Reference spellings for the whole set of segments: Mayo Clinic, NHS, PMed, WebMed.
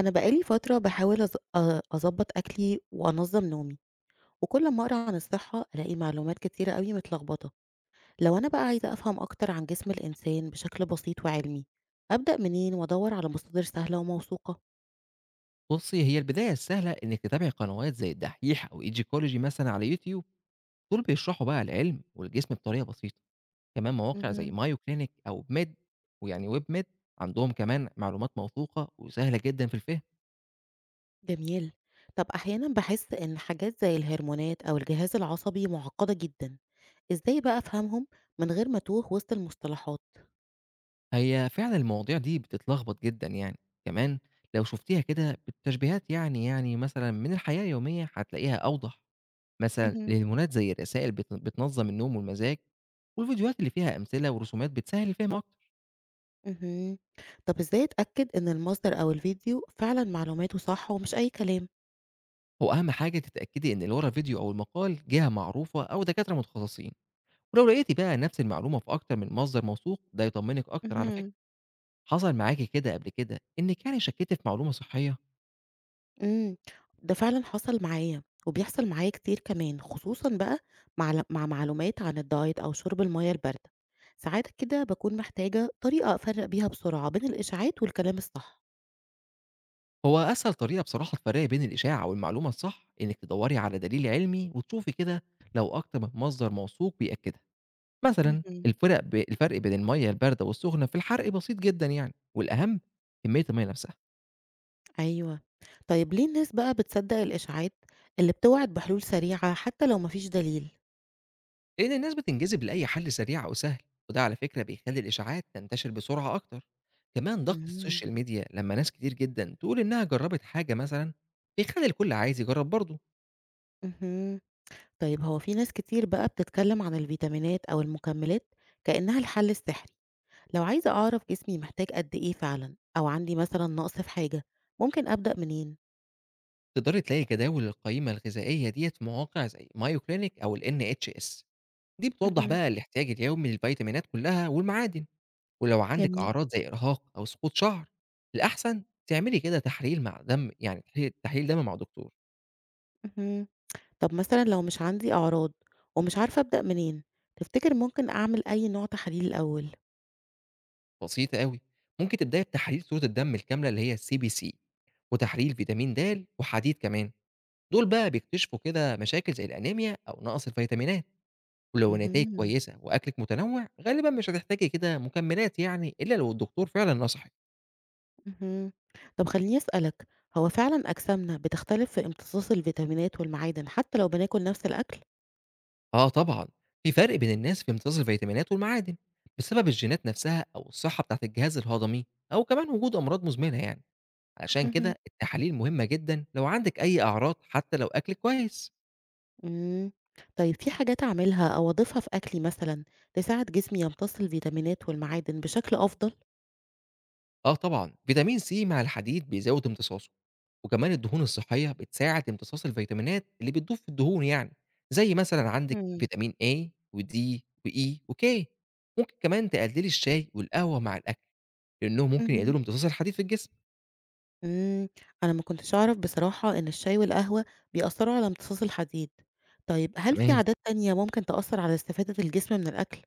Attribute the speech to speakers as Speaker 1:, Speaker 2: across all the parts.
Speaker 1: أنا بقى لي فترة باحاول أض أ أضبّط أكلي وأنظّم نومي، وكل أمّا أقرا عن الصحة ألاقي معلومات كتيرة أوي متلخبطة. لو أنا بقى عايزة أفهم أكتر عن جسم الإنسان بشكل بسيط وعلمي، أبدأ منين وأدوّر على مصادر سهلة وموثوقة؟
Speaker 2: بُصّي، هي البداية السهلة إنِّك تتابعي قنوات زي الدحيح أو Egyptology مثلًا على يوتيوب، دول بيشرحوا بقى العلم والجسم بطريقة بسيطة، كمان مواقع زي
Speaker 1: اهم.
Speaker 2: Mayo Clinic أو PMed ويعني WebMed عندهم كمان معلومات موثوقة وسهلة جدًا في الفهم،
Speaker 1: جميل. طب أحيانًا باحس إن حاجات زي الهرمونات أو الجهاز العصبي معقدة جدًا، إزاي بقى أفهمهم من غير ما أتوه وسط المصطلحات؟
Speaker 2: هي فعلًا المواضيع دي بتتلخبط جدًا يعني، كمان لو شُفتيها كده بالتشبيهات يعني مثلًا من الحياة اليومية هتلاقيها أوضح، مثلًا
Speaker 1: اهم.
Speaker 2: الهرمونات زي الرسائل بتنظّم النوم والمزاج، والفيديوهات اللي فيها أمثلة ورسومات بتسهّل الفهم أكتر.
Speaker 1: اهم. طب إزاي أتأكد إن المصدر أو الفيديو فعلًا معلوماته صح ومش أي كلام؟
Speaker 2: هو أهم حاجة تتأكدي إن اللي ورا الفيديو أو المقال جهة معروفة أو دكاترة متخصصين، ولو لقيتي بقى نفس المعلومة في أكتر من مصدر موثوق ده يطمنك أكتر على فكرة.
Speaker 1: اهم،
Speaker 2: حصل معاكي كده قبل كده إنك يعني شكيتي في معلومة صحية؟
Speaker 1: إمم، ده فعلًا حصل معايا، وبيحصل معايا كتير كمان، خصوصًا بقى مع معلومات عن الدايت أو شرب المَيَّة الباردة، ساعات كده باكون محتاجة طريقة أفرّق بيها بسرعة بين الإشاعات والكلام الصح.
Speaker 2: هو أسهل طريقة بصراحة تفرقي بين الإشاعة والمعلومة الصح إنك تدوري على دليل علمي وتشوفي كده لو أكتر من مصدر موثوق بيأكدها. مثلا
Speaker 1: اهم.
Speaker 2: الفرق بين المية الباردة والسخنة في الحرق بسيط جدا يعني، والأهم كمية المية نفسها.
Speaker 1: أيوه، طيب ليه الناس بقى بتصدق الإشاعات اللي بتوعد بحلول سريعة حتى لو ما فيش دليل؟
Speaker 2: لأن الناس بتنجذب لأي حل سريع أو سهل، وده على فكرة بيخلي الإشاعات تنتشر بسرعة أكتر، كمان ضغط
Speaker 1: إمم.
Speaker 2: السوشيال ميديا لما ناس كتير جدا تقول إنها جربت حاجة مثلا بيخلي الكل عايز يجرب برضه.
Speaker 1: اهم، طيب هو في ناس كتير بقى بتتكلم عن الفيتامينات أو المكملات كأنها الحل السحري. لو عايزة أعرف جسمي محتاج قد إيه فعلا أو عندي مثلا نقص في حاجة ممكن أبدأ منين؟
Speaker 2: تقدري تلاقي جداول القيمة الغذائية ديت في مواقع زي مايو كلينيك أو ال NHS دي بتوضح
Speaker 1: مهم.
Speaker 2: بقى الاحتياج اليومي للفيتامينات كلها والمعادن، ولو عندك
Speaker 1: جميل.
Speaker 2: أعراض زي إرهاق أو سقوط شعر الأحسن تعملي كده تحليل مع دم، يعني تحليل دم مع دكتور.
Speaker 1: مهم. طب مثلا لو مش عندي أعراض ومش عارفة أبدأ منين تفتكر ممكن أعمل أي نوع تحاليل الأول؟
Speaker 2: بسيطة أوي، ممكن تبدأي بتحاليل صورة الدم الكاملة اللي هي الCBC وتحليل فيتامين د وحديد كمان، دول بقى بيكتشفوا كده مشاكل زي الأنيميا أو نقص الفيتامينات، ولو النتايج
Speaker 1: مهم.
Speaker 2: كويسة وأكلِك متنوع غالبًا مش هتحتاجي كده مكملات يعني إلا لو الدكتور فعلًا نصحِك.
Speaker 1: مهم. طب خليني أسألك، هو فعلا أجسامنا بتختلف في امتصاص الفيتامينات والمعادن حتى لو بناكل نفس الأكل؟
Speaker 2: آه طبعًا، في فرق بين الناس في امتصاص الفيتامينات والمعادن بسبب الجينات نفسها أو الصحة بتاعة الجهاز الهضمي أو كمان وجود أمراض مزمنة يعني، علشان كده
Speaker 1: مهم.
Speaker 2: التحاليل مهمة جدًا لو عندِك أي أعراض حتى لو أكلِك كويس.
Speaker 1: مم. طيب في حاجات أعملها أو أضيفها في أكلي مثلا تساعد جسمي يمتص الفيتامينات والمعادن بشكل أفضل؟
Speaker 2: آه طبعًا، فيتامين C مع الحديد بيزوّد امتصاصه، وكمان الدهون الصحية بتساعد امتصاص الفيتامينات اللي بتدوب في الدهون يعني، زي مثلًا عندِك فيتامين A وD وE وK. ممكن كمان تقللي الشاي والقهوة مع الأكل، لإنهم ممكن
Speaker 1: اهم.
Speaker 2: يقللوا امتصاص الحديد في الجسم.
Speaker 1: إمم. أنا ما كنتش أعرف بصراحة إن الشاي والقهوة بيأثّروا على امتصاص الحديد. طيب هل في
Speaker 2: تمام.
Speaker 1: عادات تانية ممكن تأثّر على استفادة الجسم من الأكل؟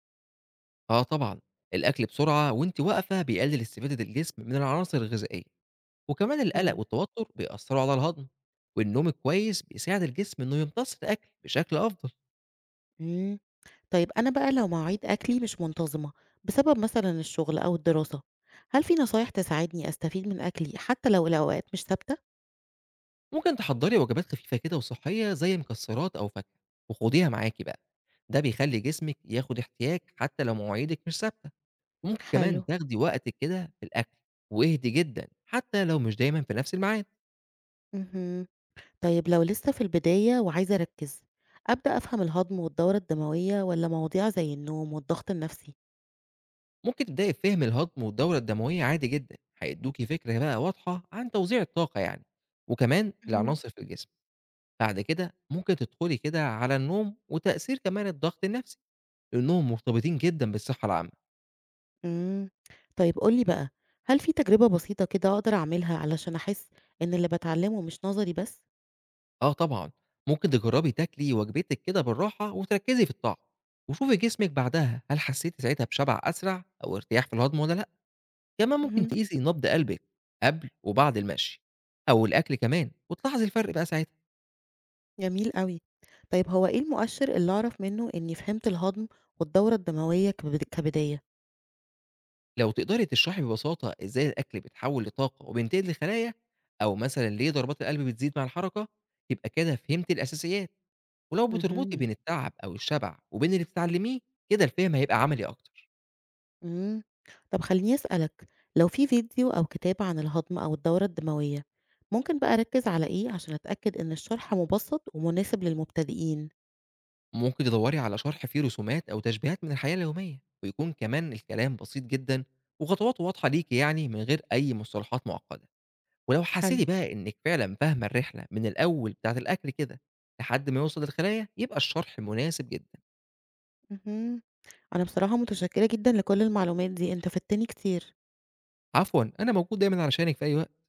Speaker 2: آه طبعًا، الأكل بسرعة وأنتِ واقفة بيقلل استفادة الجسم من العناصر الغذائية، وكمان القلق
Speaker 1: إمم.
Speaker 2: والتوتر بيأثروا على الهضم، والنوم الكويس بيساعد الجسم إنه يمتص الأكل بشكل أفضل.
Speaker 1: إمم. طيب أنا بقى لو مواعيد أكلي مش منتظمة بسبب مثلًا الشغل أو الدراسة، هل في نصايح تساعدني أستفيد من أكلي حتى لو الأوقات مش ثابتة؟
Speaker 2: ممكن تحضّري وجبات خفيفة كده وصحّية زي مكسّرات أو فاكهة وخُديها معاكِ بقى، ده بيخلّي جسمِك ياخُد احتياج حتّى لو مواعيدِك مش ثابتة، وممكن
Speaker 1: حلو.
Speaker 2: كمان تاخدي وقتِك كده في الأكل واهدي جدًا حتّى لو مش دايمًا في نَفْس الميعاد.
Speaker 1: اهم. طيب لو لسه في البداية وعايزة أركّز، أبدأ أفهم الهضم والدورة الدموية والّا مواضيع زي النوم والضغط النفسي؟
Speaker 2: ممكن تبدئي بفهم الهضم والدورة الدموية عادي جدًا، هيدّوكِ فكرة بقى واضحة عن توزيع الطاقة يعني، وكمان
Speaker 1: اهم.
Speaker 2: العناصر في الجسم، بعد كده ممكن تدخُلي كده على النوم وتأثير كمان الضغط النَفْسي، لإنّهم مرتبطين جدًا بالصحّة العامة.
Speaker 1: إمم. طيب قُل لي بقى، هل في تجربة بسيطة كده أقدر أعملها علشان أحس إن اللي باتعلّمه مش نظري بس؟
Speaker 2: آه طبعًا، ممكن تجرّبي تاكلي وجبتِك كده بالراحة وتركّزي في الطعم، وشوفي جسمِك بعدها هل حسّيتِ ساعتها بشبع أسرع أو ارتياح في الهضم والّا لأ، كمان ممكن
Speaker 1: اهم،
Speaker 2: تقيسي نبض قلبِك قبل وبعد المشي أو الأكل كمان وتلاحظي الفرق بقى ساعتها.
Speaker 1: جميل أوي. طيب هو إيه المؤشر اللي أعرف منّه إنّي فهمت الهضم والدورة الدموية كبداية؟
Speaker 2: لو تقدري تشرحي ببساطة إزاي الأكل بيتحوّل لطاقة وبينتقل لخلايا أو مثلًا ليه ضربات القلب بتزيد مع الحركة، يبقى كده فهمتِ الأساسيات، ولو بتربطي
Speaker 1: اهم.
Speaker 2: بين التعب أو الشبع وبين اللي بتتعلّميه كده الفهم هيبقى عملي أكتر.
Speaker 1: إمم. طب خلّيني أسألك، لو في فيديو أو كتاب عن الهضم أو الدورة الدموية، ممكن بقى أركّز على إيه عشان أتأكد إن الشرح مُبسّط ومناسب للمبتدئين؟
Speaker 2: ممكن تدوري على شرح فيه رسومات أو تشبيهات من الحياة اليومية ويكون كمان الكلام بسيط جدا وخطواته واضحة ليكي يعني من غير أي مصطلحات معقدة، ولو حسيتي
Speaker 1: حلو.
Speaker 2: بقى إنك فعلا فاهمة الرحلة من الأول بتاعة الأكل كده لحد ما يوصل للخلايا يبقى الشرح مناسب جدا.
Speaker 1: اهم. أنا بصراحة متشكّرة جدًا لكل المعلومات دي، أنت فدتني كتير.
Speaker 2: عفوا، أنا موجود دايما علشانك في أي وقت.